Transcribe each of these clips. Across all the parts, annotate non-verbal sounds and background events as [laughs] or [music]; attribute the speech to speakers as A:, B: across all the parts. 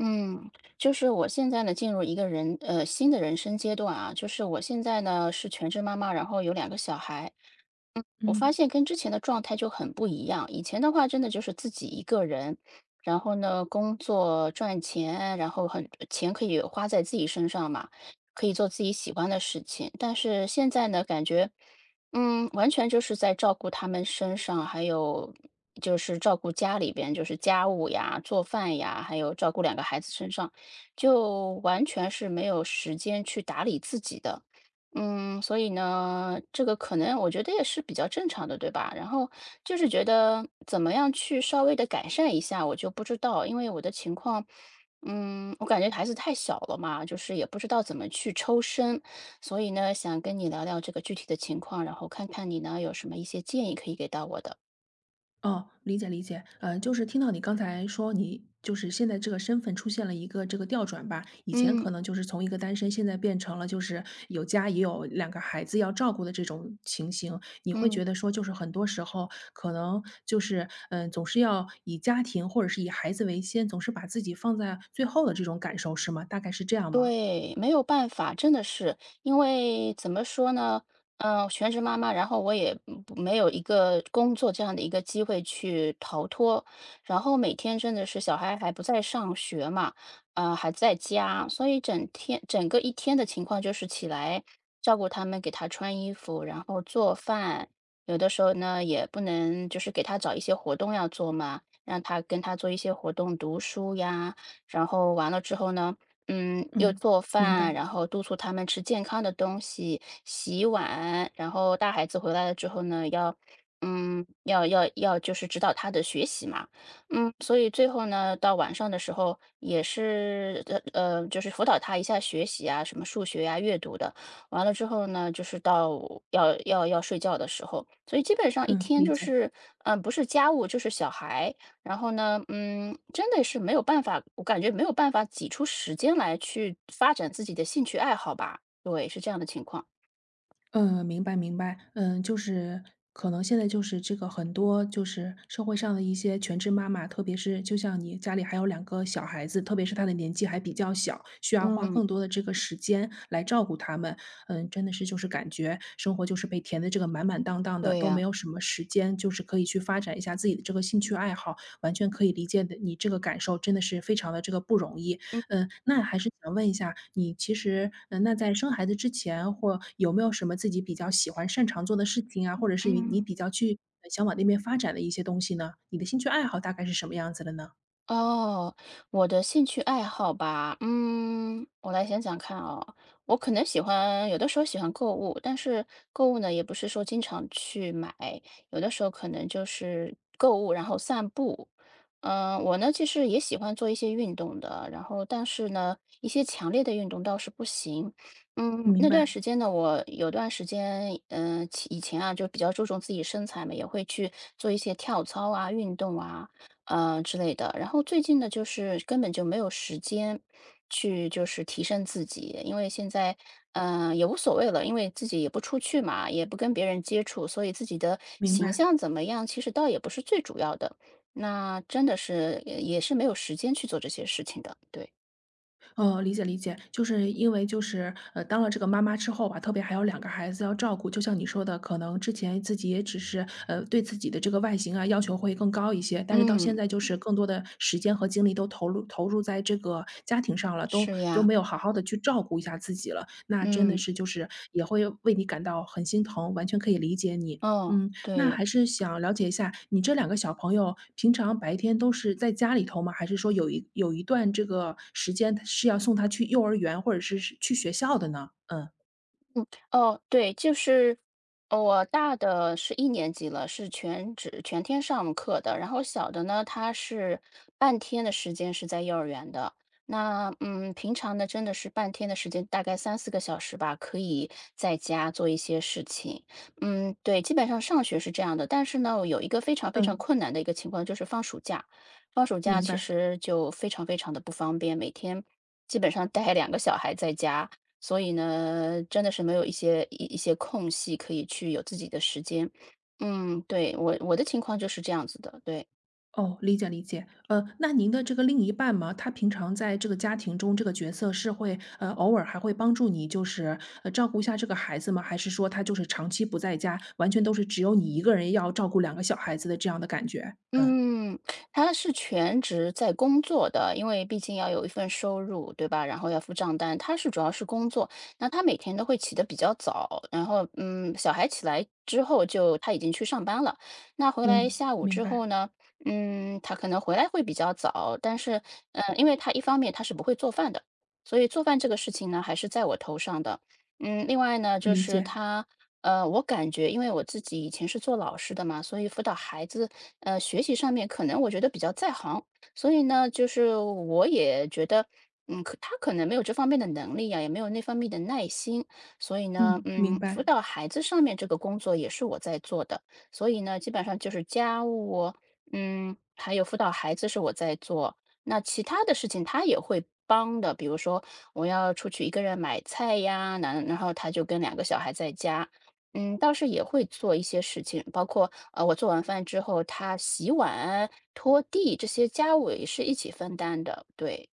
A: 嗯，就是我现在呢，进入一个新的人生阶段啊，就是我现在呢是全职妈妈，然后有两个小孩，我发
B: 嗯，
A: 现跟之前的状态就很不一样。以前的话，真的就是自己一个人，然后呢，工作赚钱，然后很钱可以花在自己身上嘛，可以做自己喜欢的事情。但是现在呢，感觉，完全就是在照顾他们身上，还有就是照顾家里边，就是家务呀、做饭呀，还有照顾两个孩子身上，就完全是没有时间去打理自己的。所以呢，这个可能我觉得也是比较正常的，对吧？然后就是觉得怎么样去稍微的改善一下，我就不知道，因为我的情况，我感觉孩子太小了嘛，就是也不知道怎么去抽身，所以呢，想跟你聊聊这个具体的情况，然后看看你呢有什么一些建议可以给到我的。
B: 哦，理解理解，嗯，就是听到你刚才说你就是现在这个身份出现了一个这个调转吧，以前
A: 嗯
B: 可能就是从一个单身，现在变成了就是有家也有两个孩子要照顾的这种情形，你会
A: 嗯。
B: 觉得说就是很多时候可能就是总是要以家庭或者是以孩子为先，总是把自己放在最后的这种感受是吗？大概是这样吗？
A: 对，没有办法，真的是，因为怎么说呢，全职妈妈，然后我也嗯不没有一个工作这样的一个机会去逃脱，然后每天真的是小孩还不在上学嘛，还在家，所以整天整个一天的情况就是起来照顾他们，给他穿衣服，然后做饭，有的时候呢也不能就是给他找一些活动要做嘛，让他跟他做一些活动，读书呀，然后完了之后呢。又
B: 嗯，
A: 做
B: 明白，
A: 饭，然后督促他们吃健康的东西，洗碗，然后大孩子回来了之后呢，要，嗯，要要要就是指导他的学习嘛，所以最后呢，到晚上的时候也是，就是辅导他一下学习啊，什么数学呀、阅读的，完了之后呢，就是到要睡觉的时候，所以基本上一
B: 嗯，
A: 天
B: 理
A: 就
B: 解。
A: 是，不是家务就是小孩，然后呢，真的是没有办法，我感觉没有办法挤出时间来去发展自己的兴趣爱好吧。对，是这样的情况。
B: 嗯，明白明白。嗯，就是可能现在就是这个很多就是社会上的一些全职妈妈，特别是就像你家里还有两个小孩子，特别是她的年纪还比较小，需要花
A: 嗯，
B: 更多的这个时间来照顾他们。嗯，真的是就是感觉生活就是被填的这个满满当当的，
A: 对
B: 都没
A: 呀，
B: 有什么时间，就是可以去发展一下自己的这个兴趣爱好，完全可以理解的你这个感受，真的是非常的这个不容易。
A: 嗯
B: 嗯，那还是想问一下，你其实，嗯，那在生孩子之前，或有没有什么自己比较喜欢、擅长做的事情啊，或者是你
A: 嗯。
B: 比较去想往那边发展的一些东西呢？你的兴趣爱好大概是什么样子的呢？
A: 哦，我的兴趣爱好吧，我来想想看哦，我可能喜欢，有的时候喜欢购物，但是购物呢，也不是说经常去买，有的时候可能就是购物，然后散步。我呢，其实也喜欢做一些运动的，然后但是呢，一些强烈的运动倒是不行。
B: 嗯明
A: 那段
B: 白，
A: 时间呢，我有段时间，以前啊，就比较注重自己身材嘛，也会去做一些跳操啊、运动啊，之类的。然后最近呢，就是根本就没有时间去就是提升自己，因为现在，也无所谓了，因为自己也不出去嘛，也不跟别人接触，所以自己的
B: 明
A: 形
B: 白。
A: 象怎么样，其实倒也不是最主要的。那真的是也是没有时间去做这些事情的，对。
B: 哦，理解理解，就是因为就是当了这个妈妈之后吧，特别还有两个孩子要照顾，就像你说的，可能之前自己也只是对自己的这个外形啊要求会更高一些，但是到现
A: 嗯，
B: 在就是更多的时间和精力都投入在这个家庭上了，都
A: 是
B: 都
A: 呀，
B: 没有好好的去照顾一下自己了，那真的
A: 嗯，
B: 是就是也会为你感到很心疼，完全可以理解你。
A: 哦，
B: 嗯，
A: 对
B: 那
A: 呀。
B: 还是想了解一下，你这两个小朋友平常白天都是在家里头吗？还是说有一段这个时间，是要送他去幼儿园或者是是去学校的呢？嗯
A: 哦，对，就是我大的是一年级了，是全职全天上课的，然后小的呢，他是半天的时间是在幼儿园的。那平常呢，真的是半天的时间，大概三四个小时吧，可以在家做一些事情。嗯，对，基本上上学是这样的，但是呢，我有一个非常非常
B: 嗯，
A: 困难的一个情况，就是放暑假。放暑假
B: 明
A: 其
B: 白。
A: 实就非常非常的不方便，每天基本上带两个小孩在家。所以呢，真的是没有一些空隙可以去有自己的时间。嗯，对，我的情况就是这样子的，对。
B: 哦，理解理解。那您的这个另一半嘛，他平常在这个家庭中这个角色是会偶尔还会帮助你，就是照顾一下这个孩子吗？还是说他就是长期不在家，完全都是只有你一个人要照顾两个小孩子的这样的感觉？嗯
A: 嗯，他是全职在工作的，因为毕竟要有一份收入，对吧？然后要付账单，他是主要是工作。那他每天都会起得比较早，然后小孩起来之后就他已经去上班了。那回来
B: 嗯，
A: 下午
B: 明
A: 之后
B: 白，
A: 呢，他可能回来会比较早，但是因为他一方面他是不会做饭的，所以做饭这个事情呢还是在我头上的。另外呢，就
B: 理
A: 是
B: 解。
A: 他我感觉因为我自己以前是做老师的嘛，所以辅导孩子，学习上面可能我觉得比较在行，所以呢，就是我也觉得，可他可能没有这方面的能力呀、也没有那方面的耐心，所以呢，
B: 嗯，明
A: 辅
B: 白。
A: 导孩子上面这个工作也是我在做的，所以呢，基本上就是家务，还有辅导孩子是我在做，那其他的事情他也会。帮的，比如说我要出去一个人买菜呀，然后他就跟两个小孩在家，倒是也会做一些事情，包括我做完饭之后，他洗碗、拖地这些家务也是一起分担的，对，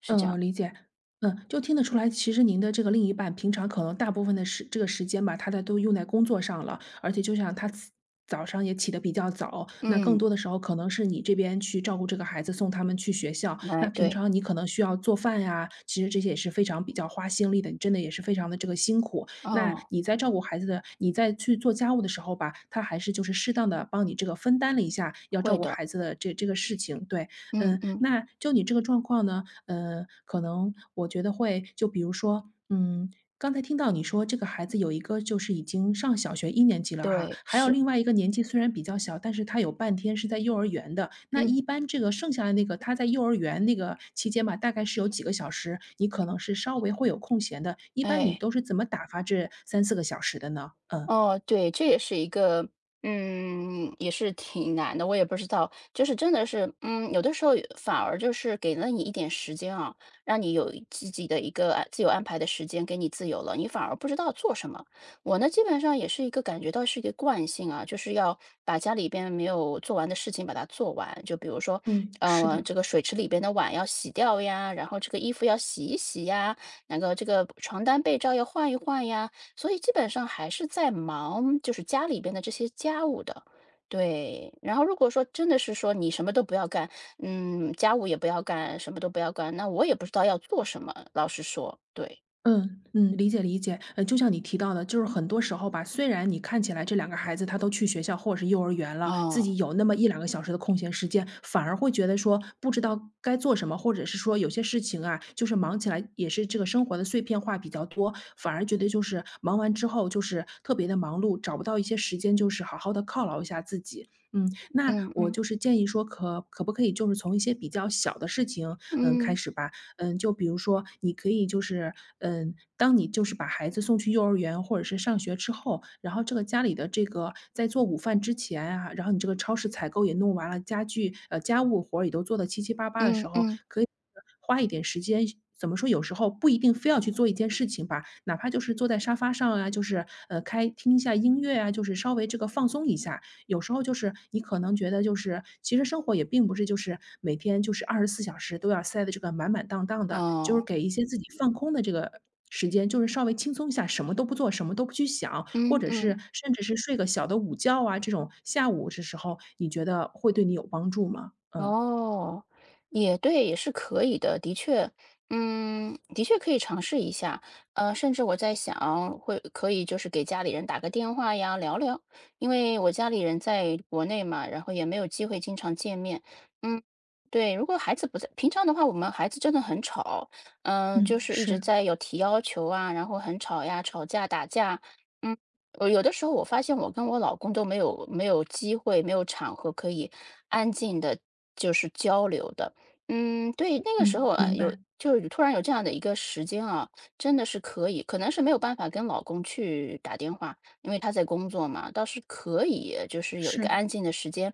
A: 是这样。
B: 嗯，理解。嗯，就听得出来，其实您的这个另一半平常可能大部分的时这个时间吧，他在都用在工作上了，而且就像他起早上也起得比较早，那更
A: 嗯，
B: 多的时候可能是你这边去照顾这个孩子，送他们去学校。
A: 哎，
B: 那平
A: 对，
B: 常你可能需要做饭呀，其实这些也是非常比较花心力的，你真的也是非常的这个辛苦。那
A: 哦，
B: 你在照顾孩子的，你在去做家务的时候吧，他还是就是适当的帮你这个分担了一下要照
A: 会
B: 顾
A: 的，
B: 孩子的这个事情，对。
A: 嗯
B: 嗯，
A: 嗯，
B: 那就你这个状况呢，可能我觉得会就比如说，嗯，刚才听到你说这个孩子有一个就是已经上小学1年级了哈，
A: 对，
B: 还有
A: 是，
B: 另外一个年纪虽然比较小，但是他有半天是在幼儿园的。那
A: 嗯，
B: 一般这个剩下的那个，他在幼儿园那个期间吧，大概是有几个小时，你可能是稍微会有空闲的，一般你
A: 哎。
B: 都是怎么打发这三四个小时的呢？嗯，
A: 哦，对，这也是一个，也是挺难的。我也不知道，就是真的是，有的时候反而就是给了你一点时间啊，让你有自己的一个自由安排的时间，给你自由了，你反而不知道做什么。我呢，基本上也是一个感觉到是一个惯性啊，就是要把家里边没有做完的事情把它做完。就比如说，
B: 嗯，是的。
A: 这个水池里边的碗要洗掉呀，然后这个衣服要洗一洗呀，然后这个床单被罩要换一换呀。所以基本上还是在忙，就是家里边的这些家务的，对。然后如果说真的是说你什么都不要干，家务也不要干，什么都不要干，那我也不知道要做什么，老实说，对。
B: 嗯嗯，理解理解。就像你提到的，就是很多时候吧，虽然你看起来这两个孩子他都去学校或者是幼儿园了，自己
A: 哦，
B: 有那么一两个小时的空闲时间，反而会觉得说不知道该做什么，或者是说有些事情啊，就是忙起来也是这个生活的碎片化比较多，反而觉得就是忙完之后就是特别的忙碌，找不到一些时间就是好好的犒劳一下自己。嗯，那
A: 嗯
B: 我
A: 嗯
B: 就是建议说可不可以就是从一些比较小的事情，嗯，开
A: 嗯
B: 始吧。嗯，就比如说你可以就是，嗯，当你就是把孩子送去幼儿园或者是上学之后，然后这个家里的这个在做午饭之前啊，然后你这个超市采购也弄完了，家具家务活儿也都做得七七八八的
A: 嗯
B: 时候，
A: 嗯，
B: 可以花一点时间怎么说，有时候不一定非要去做一件事情吧，哪怕就是坐在沙发上啊，就是，开听一下音乐啊，就是稍微这个放松一下，有时候就是你可能觉得就是，其实生活也并不是就是每天就是24小时都要塞的这个满满当当的，就是
A: 哦，
B: 给一些自己放空的这个时间，就是稍微轻松一下，什么都不做，什么都不去想，或
A: 嗯
B: 者
A: 嗯。
B: 是甚至是睡个小的午觉啊，这种下午的时候，你觉得会对你有帮助吗？嗯。
A: 哦，也对，也是可以的，的确，的确可以尝试一下。甚至我在想，可以就是给家里人打个电话呀，聊聊，因为我家里人在国内嘛，然后也没有机会经常见面。嗯，对，如果孩子不在，平常的话，我们孩子真的很吵，
B: 嗯，
A: 就是一直
B: 是，
A: 在有提要求啊，然后很吵呀，吵架打架。嗯。有的时候我发现我跟我老公都没有机会，没有场合可以安静的，就是交流的。嗯，对，那个时
B: 嗯。
A: 候啊，
B: 明
A: 有
B: 白，
A: 就是突然有这样的一个时间啊，真的是可以，可能是没有办法跟老公去打电话，因为他在工作嘛，倒是可以就是有一个
B: 是，
A: 安静的时间，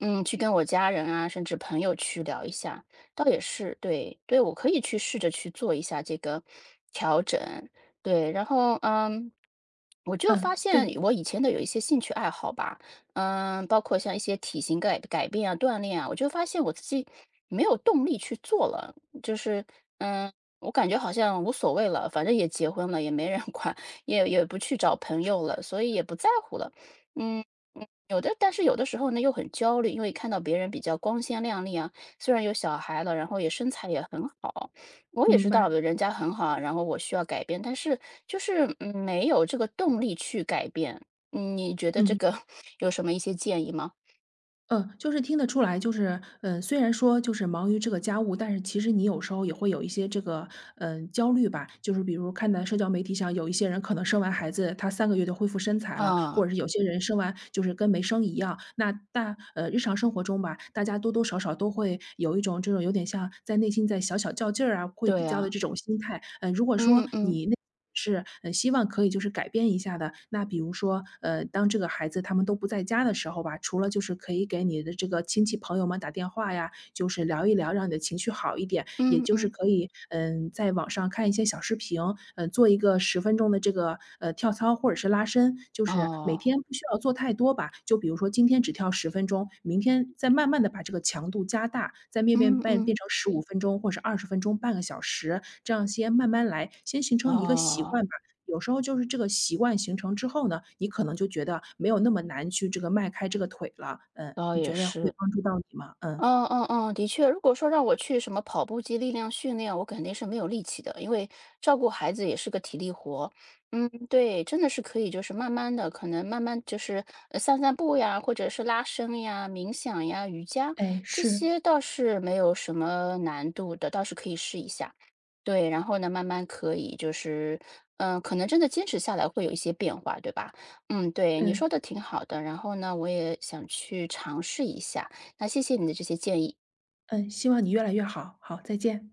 A: 去跟我家人啊，甚至朋友去聊一下，倒也是，对，对，我可以去试着去做一下这个调整。对，然后我就
B: 嗯，
A: 发现
B: 对，
A: 我以前的有一些兴趣爱好吧，包括像一些体型改变啊、锻炼啊，我就发现我自己没有动力去做了，就是嗯，我感觉好像无所谓了，反正也结婚了，也没人 [laughs] 管，也不去找朋友了，所以也不在乎了，嗯。有的，但是有的时候呢又很焦虑，因为看到别人比较光鲜亮丽啊，虽然有小孩了，然后也身材也很好，我也知
B: 明
A: 道
B: 白，
A: 人家很好，然后我需要改变，但是就是没有这个动力去改变。你觉得这
B: 嗯。
A: 个 [laughs] 有什么一些建议吗？
B: 嗯，就是听得出来，就是，嗯，虽然说就是忙于这个家务，但是其实你有时候也会有一些这个，嗯焦虑吧。就是比如看在社交媒体上，有一些人可能生完孩子，他三个月就恢复身材了，或
A: 啊，
B: 者是有些人生完就是跟没生一样。那日常生活中吧，大家多多少少都会有一种这种有点像在内心在小小较劲儿啊，会比
A: 对
B: 较的
A: 啊，
B: 这种心态。嗯，如果说
A: 嗯嗯
B: 你内是，希望可以就是改变一下的。那比如说，当这个孩子他们都不在家的时候吧，除了就是可以给你的这个亲戚朋友们打电话呀，就是聊一聊，让你的情绪好一点。也
A: 嗯
B: 就是
A: 嗯，
B: 可以，嗯，在网上看一些小视频，嗯，做一个十分钟的这个，跳操或者是拉伸，就是每
A: 哦，
B: 天不需要做太多吧，就比如说今天只跳十分钟，明天再慢慢的把这个强度加大，再面变
A: 嗯嗯
B: 成15分钟或者是十分钟、半个小时，这样先慢慢来，先形成一个习
A: 哦，
B: 惯吧。有时候就是这个习惯形成之后呢，你可能就觉得没有那么难去这个迈开这个腿了，嗯，
A: 倒
B: 你
A: 也
B: 觉得会
A: 是。
B: 帮助到你吗？嗯。
A: 嗯嗯嗯，的确，如果说让我去什么跑步机力量训练，我肯定是没有力气的，因为照顾孩子也是个体力活。嗯，对，真的是可以，就是慢慢的，可能慢慢就是散散步呀，或者是拉伸呀、冥想呀、瑜伽，
B: 哎，
A: 这
B: 是，
A: 些倒是没有什么难度的，倒是可以试一下。对，然后呢，慢慢可以就是，可能真的坚持下来会有一些变化，对吧？嗯，对，你
B: 嗯，
A: 说的挺好的，然后呢，我也想去尝试一下。那谢谢你的这些建议。
B: 嗯，希望你越来越好，好，再见。